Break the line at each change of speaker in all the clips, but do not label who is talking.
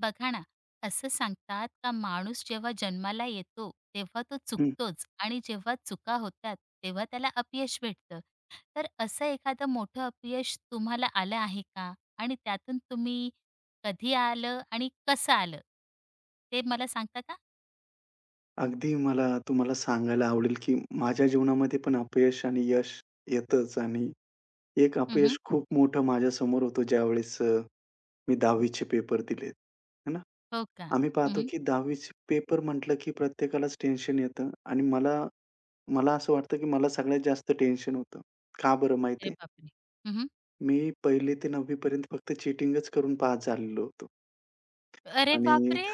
बघा ना, असं सांगतात का माणूस जेव्हा जन्माला येतो, तेव्हा तो
हं.
चुकतोच आणि जेव्हा चुका होतात, तेव्हा त्याला अपयश भेटतं. तर असं एखादं मोठं अपयश तुम्हाला आलं आहे का? आणि त्यातून तुम्ही कधी आलं आणि कसं आलं? ते मला सांगता का?
अगदी मला तुम्हाला सांगायला आवडेल, की माझ्या जीवनामध्ये पण अपयश आणि यश येतंच आणि एक
हं.
अपयश खूप मोठं माझ्यासमोर होतं, ज्यावेळेस मी 10वी पेपर दिलेत. है ना.
हो का?
आम्ही पाहतो,
हं.
की 10वी पेपर म्हटलं, की प्रत्येकालाच टेन्शन येतं आणि मला मला असं वाटतं, की मला सगळ्यात जास्त टेन्शन होतं. का बरं माहिती
अरे
आहे?
बापरे! हं.
मी 1ली ते 9वी पर्यंत फक्त चीटिंगच करून पास झालेलो होतो
अरे
आणि
बापरे!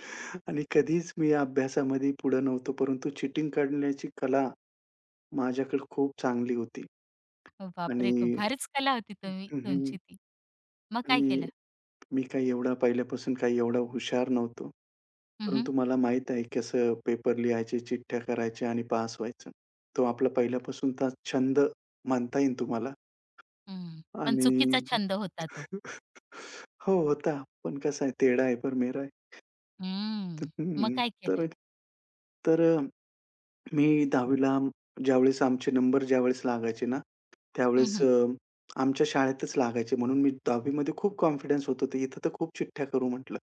आणि कधीच मी अभ्यासामध्ये पुढे नव्हतो, परंतु चीटिंग करण्याची कला माझ्याकडे खूप चांगली होती
बापरे! खूप
आणि
भारीच कला होती
हं,
तुम्ही
हं.
तुमची ती. मग काय
आणि
केलं?
मी काही एवढा हुशार नव्हतो.
हं, हं.
परंतु मला माहीत आहे कसं पेपर लिहायचे, चिठ्ठ्या करायच्या आणि पास व्हायचं. तो आपला पहिल्यापासूनचा छंद म्हणता येईल तुम्हाला.
पण
आणि
चुकीचा छंद होता तो.
हो, होता. पण कसं आहे, टेढा आहे पर मेरा है.
हं. मग
हं.
काय केलं?
तर तर अ, मी 10वी ला ज्यावेळेस आमचे नंबर लागायचे ना,
हं,
त्यावेळेस
हं.
अ, आमच्या शाळेतच लागायचे. म्हणून मी 10वी मध्ये खूप कॉन्फिडन्स होतो. तर इथं तर खूप चिठ्ठ्या करू म्हटलं.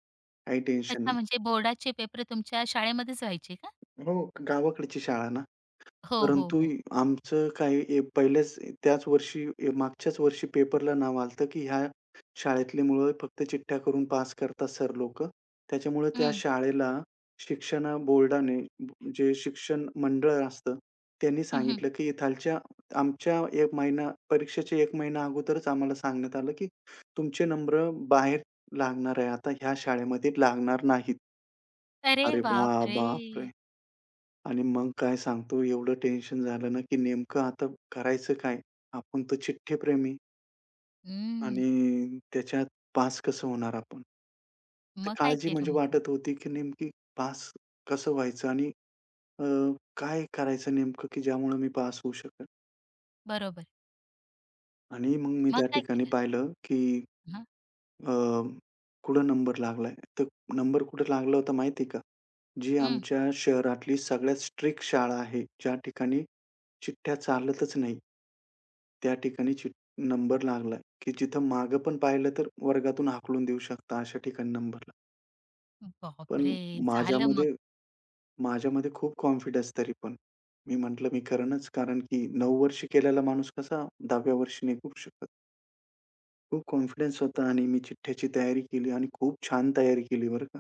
काही टेन्शन
अच्छा,
नाही.
म्हणजे बोर्डाचे पेपर तुमच्या शाळेमध्येच व्हायचे का?
हो, गावाकडची शाळा ना.
हो, हो,
परंतु
हो.
आमचं काय ए पहिल्याच त्याच वर्षी ए मागच्याच वर्षी पेपरला नाव आलं होतं, की ह्या शाळेतली मुलं फक्त चिठ्ठ्या करून पास करतात सर लोकं. त्याच्यामुळे त्या
हं.
शाळेला शिक्षण बोर्डाने, जे शिक्षण मंडळ असतं, त्यांनी
हं, हं.
सांगितलं, की खालच्या आमच्या 1 महिना परीक्षेच्या 1 महिना अगोदरच आम्हाला सांगण्यात आलं, की तुमचे नंबर बाहेर लागणार आहे. आता ह्या शाळेमध्ये लागणार नाहीत.
अरे
अरे
बापरे!
बापरे! आणि मग काय सांगतो, एवढं टेन्शन झालं ना, की नेमकं आता करायचं काय? आपण तर चिठ्ठीप्रेमी
हं.
आणि त्याच्यात पास कसं होणार आपण? तर
मग काय
काळजी
केलं
म्हणजे
मग तुम्ही?
वाटत होती, की नेमकी पास कसं व्हायचं आणि अ, काय करायचं नेमकं, की ज्यामुळे मी पास होऊ शकेल?
बरोबर.
आणि मग मी
मग
त्या
काय
ठिकाणी
केलं?
पाहिलं, की
हां.
अ, कुठं नंबर लागलाय. तर नंबर कुठे लागला होता माहिती का? जी
हं.
आमच्या शहरातली सगळ्यात स्ट्रिक्ट शाळा आहे, ज्या ठिकाणी चिठ्ठ्या चालतच नाही. त्या ठिकाणी नंबर लागला, की जिथं मागं पण पाहिलं तर वर्गातून हाकलून देऊ शकता अशा ठिकाणी नंबरला. पण
बापरे! झालं मग.
माझ्यामध्ये माझ्यामध्ये खूप कॉन्फिडन्स तरी पण. मी म्हटलं मी करेनच, कारण की 9 वर्षी केलेला माणूस कसा 10व्या वर्षी नाही करू शकत. खूप कॉन्फिडन्स होता आणि मी चिठ्ठ्याची तयारी केली आणि खूप छान तयारी केली बरं का.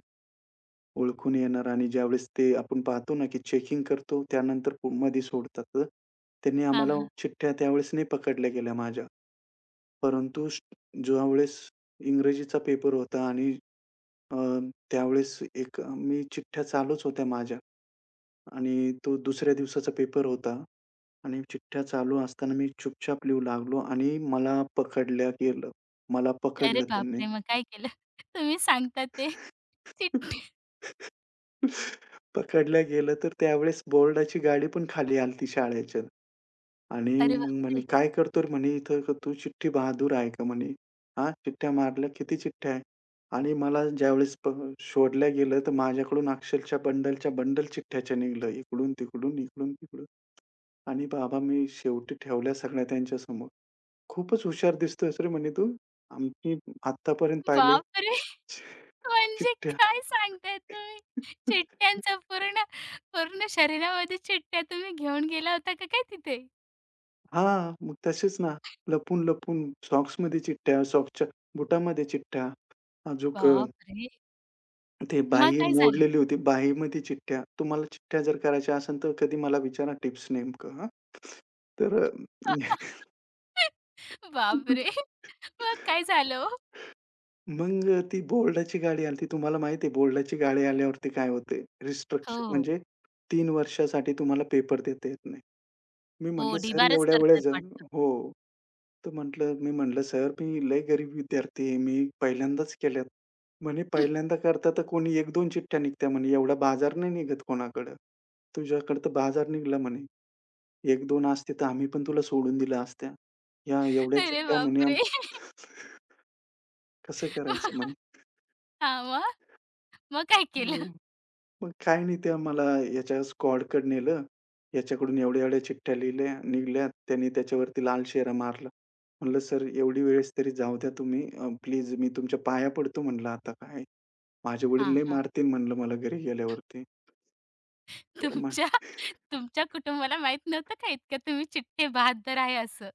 ओळखून येणार आणि ज्यावेळेस ते आपण पाहतो ना, की चेकिंग करतो त्यानंतर मध्ये सोडतात. तर त्यांनी
हां,
आम्हाला
हां.
चिठ्ठ्या त्यावेळेस नाही पकडल्या गेल्या माझ्या. परंतु ज्यावेळेस इंग्रजीचा पेपर होता आणि अ, त्यावेळेस एक मी चिठ्ठ्या चालूच होत्या माझ्या आणि तो दुसऱ्या दिवसाचा पेपर होता आणि चिठ्ठ्या चालू असताना मी चुपचाप लिहू लागलो आणि मला पकडल्या गेलं. मला
अरे
पकडलं त्यांनी.
बापरे! मग काय केलं? तुम्ही सांगता ते चिट्टी.
पकडल्या गेलं तर त्यावेळेस बोर्डाची गाडी पण खाली आली शाळेच्या. आणि
अरे
मग म्हणे,
बापरे!
"काय करतो रे?" म्हणे, "इथं का तू चिठ्ठी बहादूर आहे का?" म्हणे. "हां, चिठ्ठ्या मारल्या. किती चिठ्ठ्या आहे?" आणि मला ज्यावेळेस शोधल्या गेलं, तर माझ्याकडून अक्षरशः बंडलच्या बंडल चिठ्ठ्याच्या निघालं. इकडून-तिकडून, इकडून-तिकडून. आणि बाबा मी शेवटी ठेवल्या सगळ्या त्यांच्यासमोर. "खूपच हुशार दिसतोयस रे," म्हणे, "तू. आम्ही आत्तापर्यंत पाहिले
बापरे!
चि-
म्हणजे
चिठ्ठ्या."
काय सांगताय तुम्ही? चिट्ट्यांचा पूर्ण पूर्ण शरीरामध्ये चिट्ट्या तुम्ही घेऊन गेला होता का काय तिथे?
हां, मग तसेच ना, लपून-लपून सॉक्समध्ये चिठ्ठ्या, सॉक्सच्या बुटामध्ये चिठ्ठ्या, अजूक
बापरे!
ते
मग
बाही
काय झालं?
मोडलेली होती. बाहीमध्ये चिठ्ठ्या. तुम्हाला चिठ्ठ्या जर करायच्या असेल, तर कधी मला विचारा टिप्स नेमकं हां. तर अ,
बापरे! मग काय झालं ओ?
ती बोर्डाची गाडी आलती. तुम्हाला माहिती आहे बोर्डाची गाडी आल्यावरती काय होते? रिस्ट्रिक्शन
हो,
म्हणजे 3 वर्षासाठी तुम्हाला पेपर देता येत नाही. मी
हो.
म्हटलं, "सर
ढिबारच
एवढ्या वेळेस"
करतात वाटतं.
हो. तर म्हटलं, मी म्हटलं, "सर, मी लय गरीब विद्यार्थी आहे. मी पहिल्यांदाच केल्यात." म्हणे, "पहिल्यांदा करता तर कोणी 1-2 चिठ्ठ्या निघत्या म्हणे. एवढा बाजार नाही निघत कोणाकडं. तुझ्याकडं तर बाजार निघला म्हणे. 1-2 असते तर आम्ही पण तुला सोडून दिल्या असत्या. या एवढ्या
अरे
चिठ्ठ्या म्हणे
बापरे!
कसं करायचं?" म्हणे.
हां, मग? मग काय केलं?
मग मग काही नाही त्या मला याच्या स्क्वॉडकडे नेलं. याच्याकडून एवढ्या-एवढ्या चिठ्ठ्या लिहिल्या निघल्यात. त्याने त्याच्यावरती लाल शेरा मारला. म्हटलं, "सर, एवढी वेळेस तरी जाऊ द्या तुम्ही. प्लीज मी तुमच्या पाया पडतो." म्हटलं, "आता काय माझे वडील
हां,
लय
हां.
मारतील" म्हणलं मला घरी गेल्यावरती. तर मग
तुमच्या तुमच्या कुटुंबाला माहीत नव्हतं का इतक्या तुम्ही चिट्टे बहाद्दर आहे असं?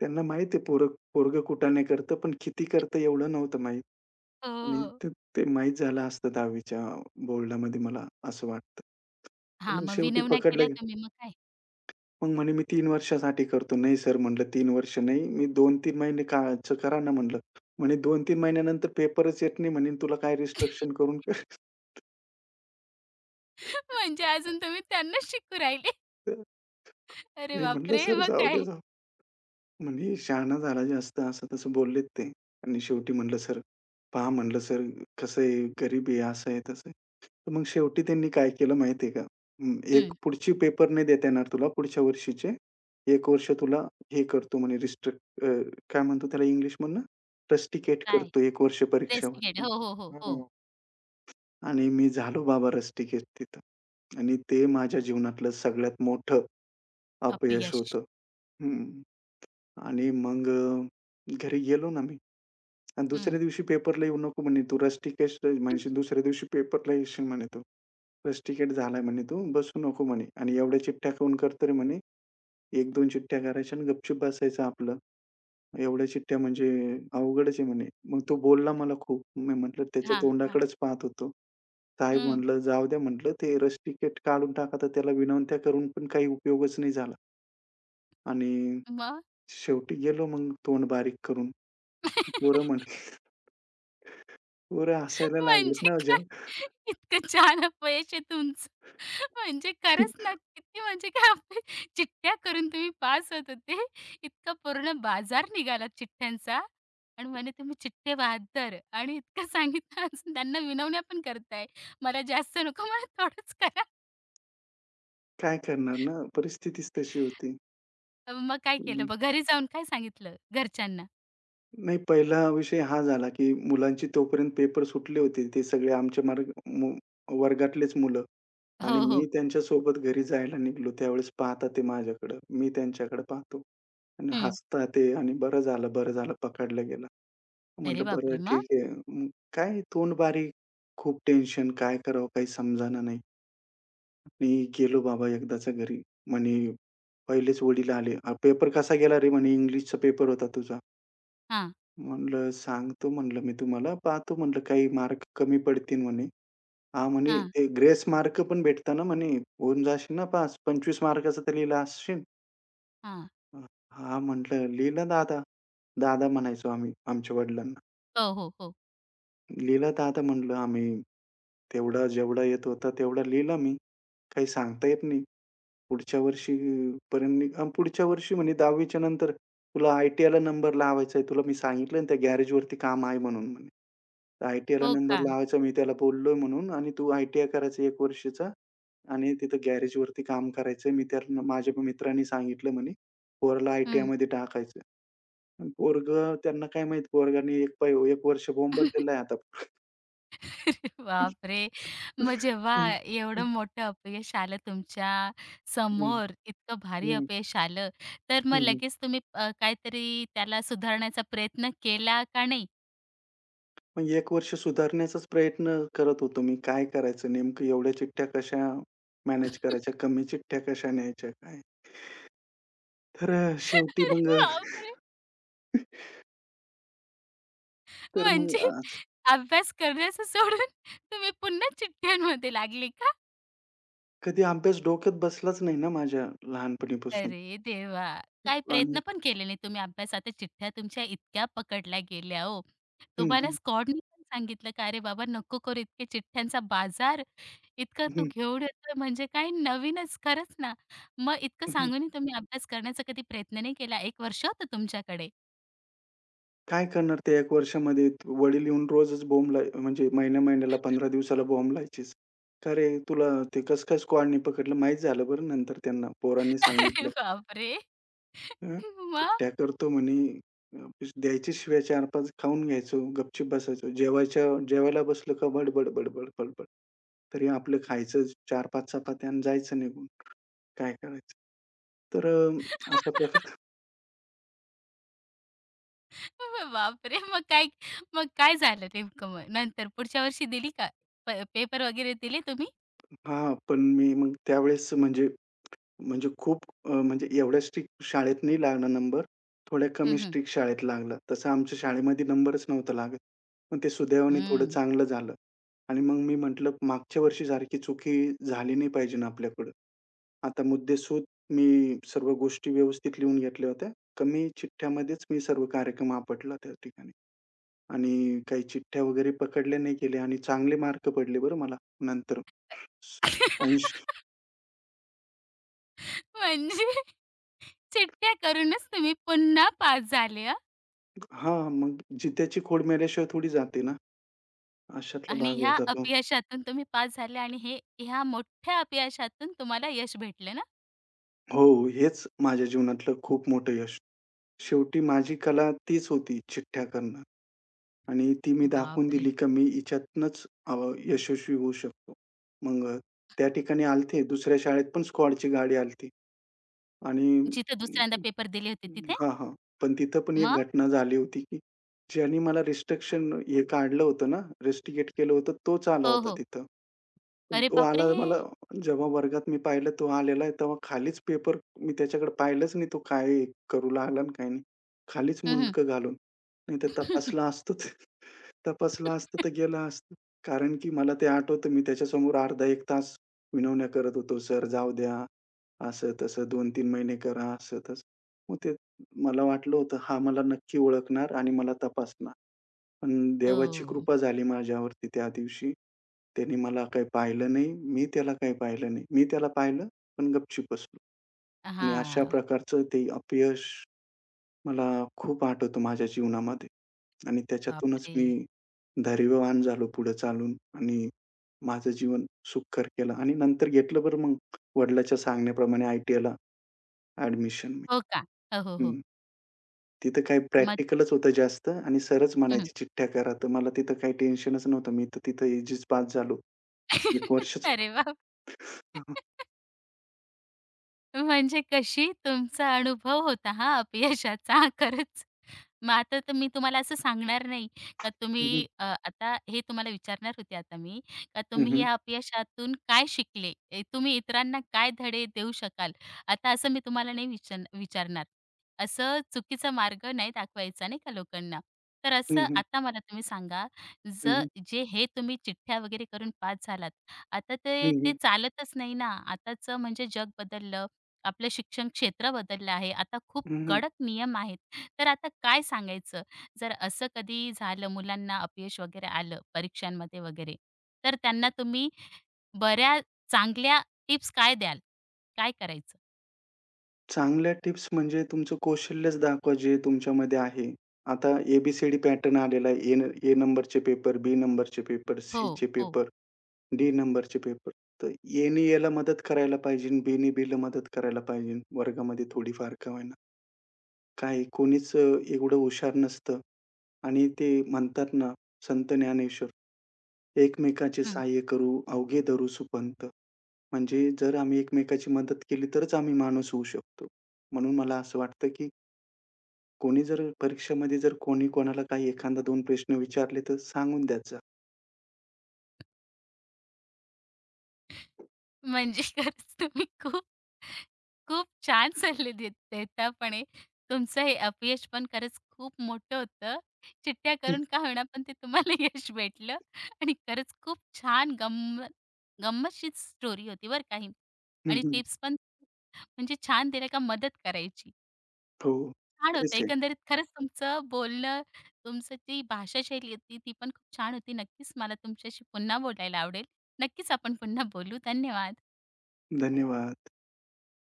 त्यांना माहिती आहे पोरगं कुटाणे करतं, पण किती करतं एवढं नव्हतं माहीत. आणि
हो.
ते ते माहीत झालं असतं 10वी च्या बोर्डामध्ये मला असं वाटतं. तर
हां,
मग
मग
शेवटी
विनवण्या
पकडलं
केल्या
गेलं.
तुम्ही मग काय?
मग म्हणे, "मी 3 वर्षासाठी करतो." "नाही सर," म्हणलं, "3 वर्ष नाही. मी 2-3 महिने कायचं करा ना," म्हणलं. म्हणे, "2-3 महिन्यानंतर पेपरच येत नाही म्हणे, तुला काय रिस्ट्रक्शन करून" कर.
म्हणजे अजून तुम्ही त्यांनाच शिकू राहिले. अरे
मी म्हटलं,
बापरे!
"सर
मग
जाऊ द्या,
काय?
जाऊ." म्हणजे शहाणा झाला जास्त असं-तसं बोललेत ते, आणि शेवटी म्हटलं, "सर, पहा," म्हटलं, "सर, कसं आहे, गरीब आहे, असं आहे, तसं आहे." तर मग शेवटी त्यांनी काय केलं माहिती का? अं, एक
हं.
पुढची पेपर नाही देता येणार तुला पुढच्या वर्षीचे. एक वर्ष तुला हे करतो म्हणे रिस्ट्रिक्ट. काय म्हणतो त्याला इंग्लिशमधनं? रस्टिकेट
काय?
करतो 1 वर्ष परीक्षा
रेस्ट
वस्तू.
केलं. हो, हो, हो, हो.
हो. आणि मी झालो बाबा रस्टिकेट तिथं, आणि ते माझ्या जीवनातलं सगळ्यात मोठं अपयश
अपयश.
होतं. हं. आणि घरी गेलो ना मी, आणि
हं.
दुसऱ्या दिवशी पेपरला येऊ नको म्हणे तू, रस्टिकेट म्हणशील, दुसऱ्या दिवशी पेपरला येशील म्हणे तू. रस्टिकेट झालाय म्हणे तू, बसू नको म्हणे, आणि एवढ्या चिठ्ठ्या काऊन करतो रे म्हणे. 1-2 चिठ्ठ्या करायच्या आणि गपचूप बसायचं आपलं. एवढ्या चिठ्ठ्या म्हणजे अवघडच आहे म्हणे. मग तो बोलला मला खूप. मी म्हटलं, त्याच्या
हां, हां.
तोंडाकडेच पाहत होतो. साहेब
हं.
म्हटलं जाऊ द्या म्हटलं ते रस्टिकेट काढून टाका, तर त्याला विनवण्या करून पण काही उपयोगच नाही झाला. आणि
मग?
शेवटी गेलो मग तोंड बारीक करून. पोरं म्हटली पोरं हसायला लागलेत
म्हणजे
ना
काय?
जेव्हा,
इतकं छान अपयश आहे तुमचं. म्हणजे खरंच ना, किती म्हणजे काय आपले चिठ्ठ्या करून तुम्ही पास होत होते. इतका पूर्ण बाजार निघाला चिठ्ठ्यांचा आणि म्हणे तुम्ही चिठ्ठे बहाद्दर आणि इतकं सांगितलं असून त्यांना विनवण्या पण करताय. मला जास्त नको, मला थोडंच करा.
काय करणार ना, परिस्थितीच तशी होती.
अं, मग काय केलं?
हं,
मग घरी जाऊन काय सांगितलं घरच्यांना?
नाही, पहिला विषय हा झाला, की मुलांची तोपर्यंत पेपर सुटले होते. ते सगळे आमच्या मार्ग मु वर्गातलेच मुलं, आणि
हो,
मी
हो.
त्यांच्यासोबत घरी जायला निघालो. त्यावेळेस पाहता ते माझ्याकडं, मी त्यांच्याकडे पाहतो, आणि
हं.
हसता ते आणि "बरं झालं, बरं झालं पकडला गेला."
अरे
म्हटलं, "बरं
बापरे! मग?
ठीक आहे." मग काय तोंड बारीक, खूप टेन्शन, काय करावं काही समजेना नाही. मी गेलो बाबा एकदाचा घरी. म्हणे पहिलेच वडील आले. "अ, पेपर कसा गेला रे?" म्हणे, "इंग्लिशचा पेपर होता तुझा."
हां,
म्हणलं, "सांगतो" म्हणलं मी तुम्हाला. "पाहतो" म्हणलं, "काही मार्क कमी पडतील" म्हणे. "हां" म्हणे,
हां,
"ते ग्रेस मार्क पण भेटतं ना" म्हणे. "होऊन जाशील ना पास? 25 मार्काचं तर लिहिलं असशील?"
हां.
अ, म्हटलं, "लिहिलं दादा." दादा म्हणायचो आम्ही आमच्या वडिलांना.
हो, हो, हो.
"लिहिलं दादा" म्हणलं आम्ही. तेवढा जेवढा येत होता तेवढा लिहिला मी. काही सांगता येत नाही. पुढच्या वर्षी पर्यंत निघ अ, पुढच्या वर्षी म्हणे 10वी च्या नंतर तुला आय-टी-आयला नंबर लावायचा आहे. तुला मी सांगितलं ना त्या गॅरेजवरती काम आहे म्हणून म्हणे. आय-टी-आयला
हो
नंबर
का?
लावायचा मी त्याला बोललोय म्हणून, आणि तू आय-टी-आय करायचा 1 वर्षाचा आणि तिथं गॅरेजवरती काम करायचं मी त्यांना, माझ्या मित्रांनी सांगितलं म्हणे, पोराला
हं.
आय-टी-आयमध्ये टाकायचं आहे. पण त्यांना काय माहीत पोरगाने 1 वर्ष बोंबललेलं आहे आता.
अरे बापरे! मग जेव्हा
हं,
एवढं
हं,
मोठं अपयश आलं तुमच्या
हं,
समोर, इतकं भारी
हं,
अपयश आलं, तर मग लगेच तुम्ही काहीतरी त्याला सुधारण्याचा प्रयत्न केला का नाही?
मग 1 वर्ष सुधारण्याचाच प्रयत्न करत होतो मी. काय करायचं नेमकं, एवढ्या चिठ्ठ्या कशा मॅनेज करायच्या, कमी चिठ्ठ्या कशा न्यायच्या काय? शेवटी
अरे
मग
बापरे!
अ, तर मग
म्हणजे
अ,
अभ्यास करण्याचं सोडून तुम्ही पुन्हा चिठ्ठ्यांमध्ये लागले का?
कधी अभ्यास डोक्यात बसलाच नाही ना माझ्या लहानपणीपासून.
अरे देवा! काय
आणि
प्रयत्न पण केले नाही तुम्ही अभ्यासात. त्या चिठ्ठ्या तुमच्या इतक्या पकडल्या गेल्या हो.
हं,
तुम्हाला
हं,
स्कॉडनी पण सांगितलं का, "अरे बाबा नको करू इतके चिठ्ठ्यांचा बाजार. इतकं तू
हं,
घेऊन येतोय म्हणजे काय नवीनच." खरंच ना. मग इतकं
हं,
सांगूनही तुम्ही अभ्यास करण्याचा कधी प्रयत्न नाही केला. 1 वर्ष होतं तुमच्याकडे.
काय करणार त्या 1 वर्षामध्ये, वडील येऊन रोजच बोंब लाय, म्हणजे महिन्या महिन्याला 15 दिवसाला बोंब लावायचीच. "का रे तुला ते कसं काय स्क्वॉडनी पकडलं?" माहीत झालं बरं नंतर त्यांना पोरांनी
अरे
सांगितलं.
बापरे!
हं,
मग?
सुट्ट्या करतो म्हणे. अ, द्यायचे शिव्या 4-5, खाऊन घ्यायचो, गपचूप बसायचो. जेवायला बसलो का बडबड, बडबड, बडबड. तरी आपलं खायचं 4-5 चपात्या आणि जायचं निघून. काय करायचं? तर अ, अशा प्रकारे
मग बापरे! मग काय झालं नेमकं मग नंतर? पुढच्या वर्षी दिली का? पेपर वगैरे दिले तुम्ही?
हां, पण मी मग त्यावेळेस म्हणजे म्हणजे खूप, म्हणजे एवढ्या स्ट्रिक्ट शाळेत नाही लागला नंबर. थोड्या कमी
हं,
स्ट्रिक्ट शाळेत लागला. तसं आमच्या शाळेमध्ये नंबरच नव्हता लागत. पण ते सुदैवाने थोडं
हं.
चांगलं झालं. आणि मग मी म्हटलं मागच्या वर्षीसारखी चुकी झाली नाही पाहिजे ना आपल्याकडं. आता मुद्देसूद मी सर्व गोष्टी व्यवस्थित लिहून घेतल्या होत्या. कमी चिठ्ठ्यामध्येच मी सर्व कार्यक्रम आपटला त्या ठिकाणी. आणि काही चिठ्ठ्या वगैरे पकडल्या नाही गेल्या आणि चांगले मार्क पडले बरं मला नंतर. 80.
म्हणजे चिट्ट्या करूनच तुम्ही पुन्हा पास झाले हं.
हां, मग जित्याची खोड मेल्याशिवाय थोडी जाते ना, अशातला
आणि
भाग
ह्या
होता तो.
अपयशातून तुम्ही पास झाले आणि ह्या मोठ्या अपयशातून तुम्हाला यश भेटलं ना?
हो, हेच माझ्या जीवनातलं खूप मोठं यश. शेवटी माझी कला तीच होती चिठ्ठ्या करणं, आणि ती मी दाखवून
बापरे!
दिली का मी हिच्यातनंच यशस्वी होऊ शकतो. मग अ, त्या ठिकाणी आलते, दुसऱ्या शाळेत पण स्क्वॉडची गाडी आली आणि
जिथे दुसऱ्यांदा पेपर दिले होते तिथे?
हां, हां. पण तिथं पण एक
मग?
घटना झाली होती, की ज्याने मला रिस्ट्रिक्शन हे काढलं होतं ना, रिस्ट्रिकेट केलं होतं, तोच आला
हो,
होता
हो.
तिथं. पण
अरे
तो आला
बापरे!
मला, जेव्हा वर्गात मी पाहिलं तो आलेला आहे, तेव्हा खालीच पेपर, मी त्याच्याकडे पाहिलंच नाही तो काय करू लागला आणि काही नाही. खालीच
हं, हं.
मुंडकं घालून. नाहीतर तपासलं असतं. तर गेलं असतं. कारण की मला ते आठवतं मी त्याच्यासमोर अर्धा 1 तास विनवण्या करत होतो, "सर जाऊ द्या, असं-तसं 2-3 महिने करा." असं-तसं. मग ते, मला वाटलं होतं हा मला नक्की ओळखणार आणि मला तपासणार. पण देवाची
हो.
कृपा झाली माझ्यावरती त्या दिवशी. त्याने मला काही पाहिलं नाही, मी त्याला काही पाहिलं नाही. मी त्याला पाहिलं, पण गपचूप बसलो, आणि अशा
हां.
प्रकारचं ते अपयश मला खूप आठवतं माझ्या जीवनामध्ये, आणि त्याच्यातूनच
बापरे!
मी धैर्यवान झालो पुढे चालून आणि माझं जीवन सुखकर केलं, आणि नंतर घेतलं बरं मग वडिलांच्या सांगण्याप्रमाणे आय-टी-आयला ॲडमिशन मी.
हो का? हो, हो, हो.
हं. तिथं काही
मग
प्रॅक्टिकलच होतं जास्त आणि सरच
हं.
म्हणायचे चिठ्ठ्या करा, तर मला तिथं काही टेन्शनच नव्हतं. मी तर तिथं इझीच पास झालो. 1 वर्षच.
अरे वाह!
हं,
म्हणजे कशी तुमचा अनुभव होता हा अपयशाचा खरंच. मग आता तर मी तुम्हाला असं सांगणार नाही का
हं.
तुम्ही आता हे तुम्हाला विचारणार होते आता मी का
हं,
तुम्ही
हं.
या अपयशातून काय शिकले? ए, तुम्ही इतरांना काय धडे देऊ शकाल? आता असं मी तुम्हाला नाही विचारणार. असं चुकीचा मार्ग नाही दाखवायचा नाही का लोकांना. तर
हं,
असं
हं.
आता मला तुम्ही सांगा, ज
हं, हं.
जे हे तुम्ही चिठ्ठ्या वगैरे करून पास झालात. आता ते
हं,
ते
हं.
चालतच नाही ना. आताचं म्हणजे जग बदललं. आपलं शिक्षण क्षेत्र बदललं आहे. आता खूप
हं,
कडक नियम आहेत. तर आता काय सांगायचं? जर असं कधी झालं मुलांना अपयश वगैरे आलं परीक्षांमध्ये वगैरे, तर त्यांना तुम्ही बऱ्या चांगल्या टिप्स काय द्याल? काय करायचं?
चांगल्या टिप्स म्हणजे तुमचं कौशल्यच दाखवा जे तुमच्यामध्ये आहे. आता पॅटर्न आलेला आहे. ए नंबरचे पेपर, बी नंबरचे पेपर,
हो,
सीचे
हो.
पेपर, डी नंबरचे पेपर. तर एने एला मदत करायला पाहिजे, बीने बीला मदत करायला पाहिजे वर्गामध्ये थोडीफार का होईना. काही कोणीच एवढं हुशार नसतं, आणि ते म्हणतात ना, संत ज्ञानेश्वर, "एकमेकाचे
हं.
सहाय्य करू, अवघे धरू सुपंथ." म्हणजे जर आम्ही एकमेकाची मदत केली तरच आम्ही माणूस होऊ शकतो. म्हणून मला असं वाटतं, की कोणी जर परीक्षेमध्ये जर कोणी कोणाला काही एखादा 2 प्रश्न विचारले तर सांगून द्यायचा.
म्हणजे खरंच तुम्ही खूप, खूप छान सल्ले देत देता पण आहे. तुमचं हे अपयश पण खरंच खूप मोठं होतं. चिट्ट्या करून का होईना, पण ते तुम्हाला यश भेटलं आणि खरंच खूप छान गंमतशीर स्टोरी होती बरं का ही. आणि टिप्स पण म्हणजे छान दिल्या का मदत करायची.
हो,
छान होतं
तेच आहे.
एकंदरीत खरंच तुमचं बोलणं, तुमचं जी भाषा शैली होती ती पण खूप छान होती. नक्कीच मला तुमच्याशी पुन्हा बोलायला आवडेल. नक्कीच आपण पुन्हा बोलू. धन्यवाद.
धन्यवाद.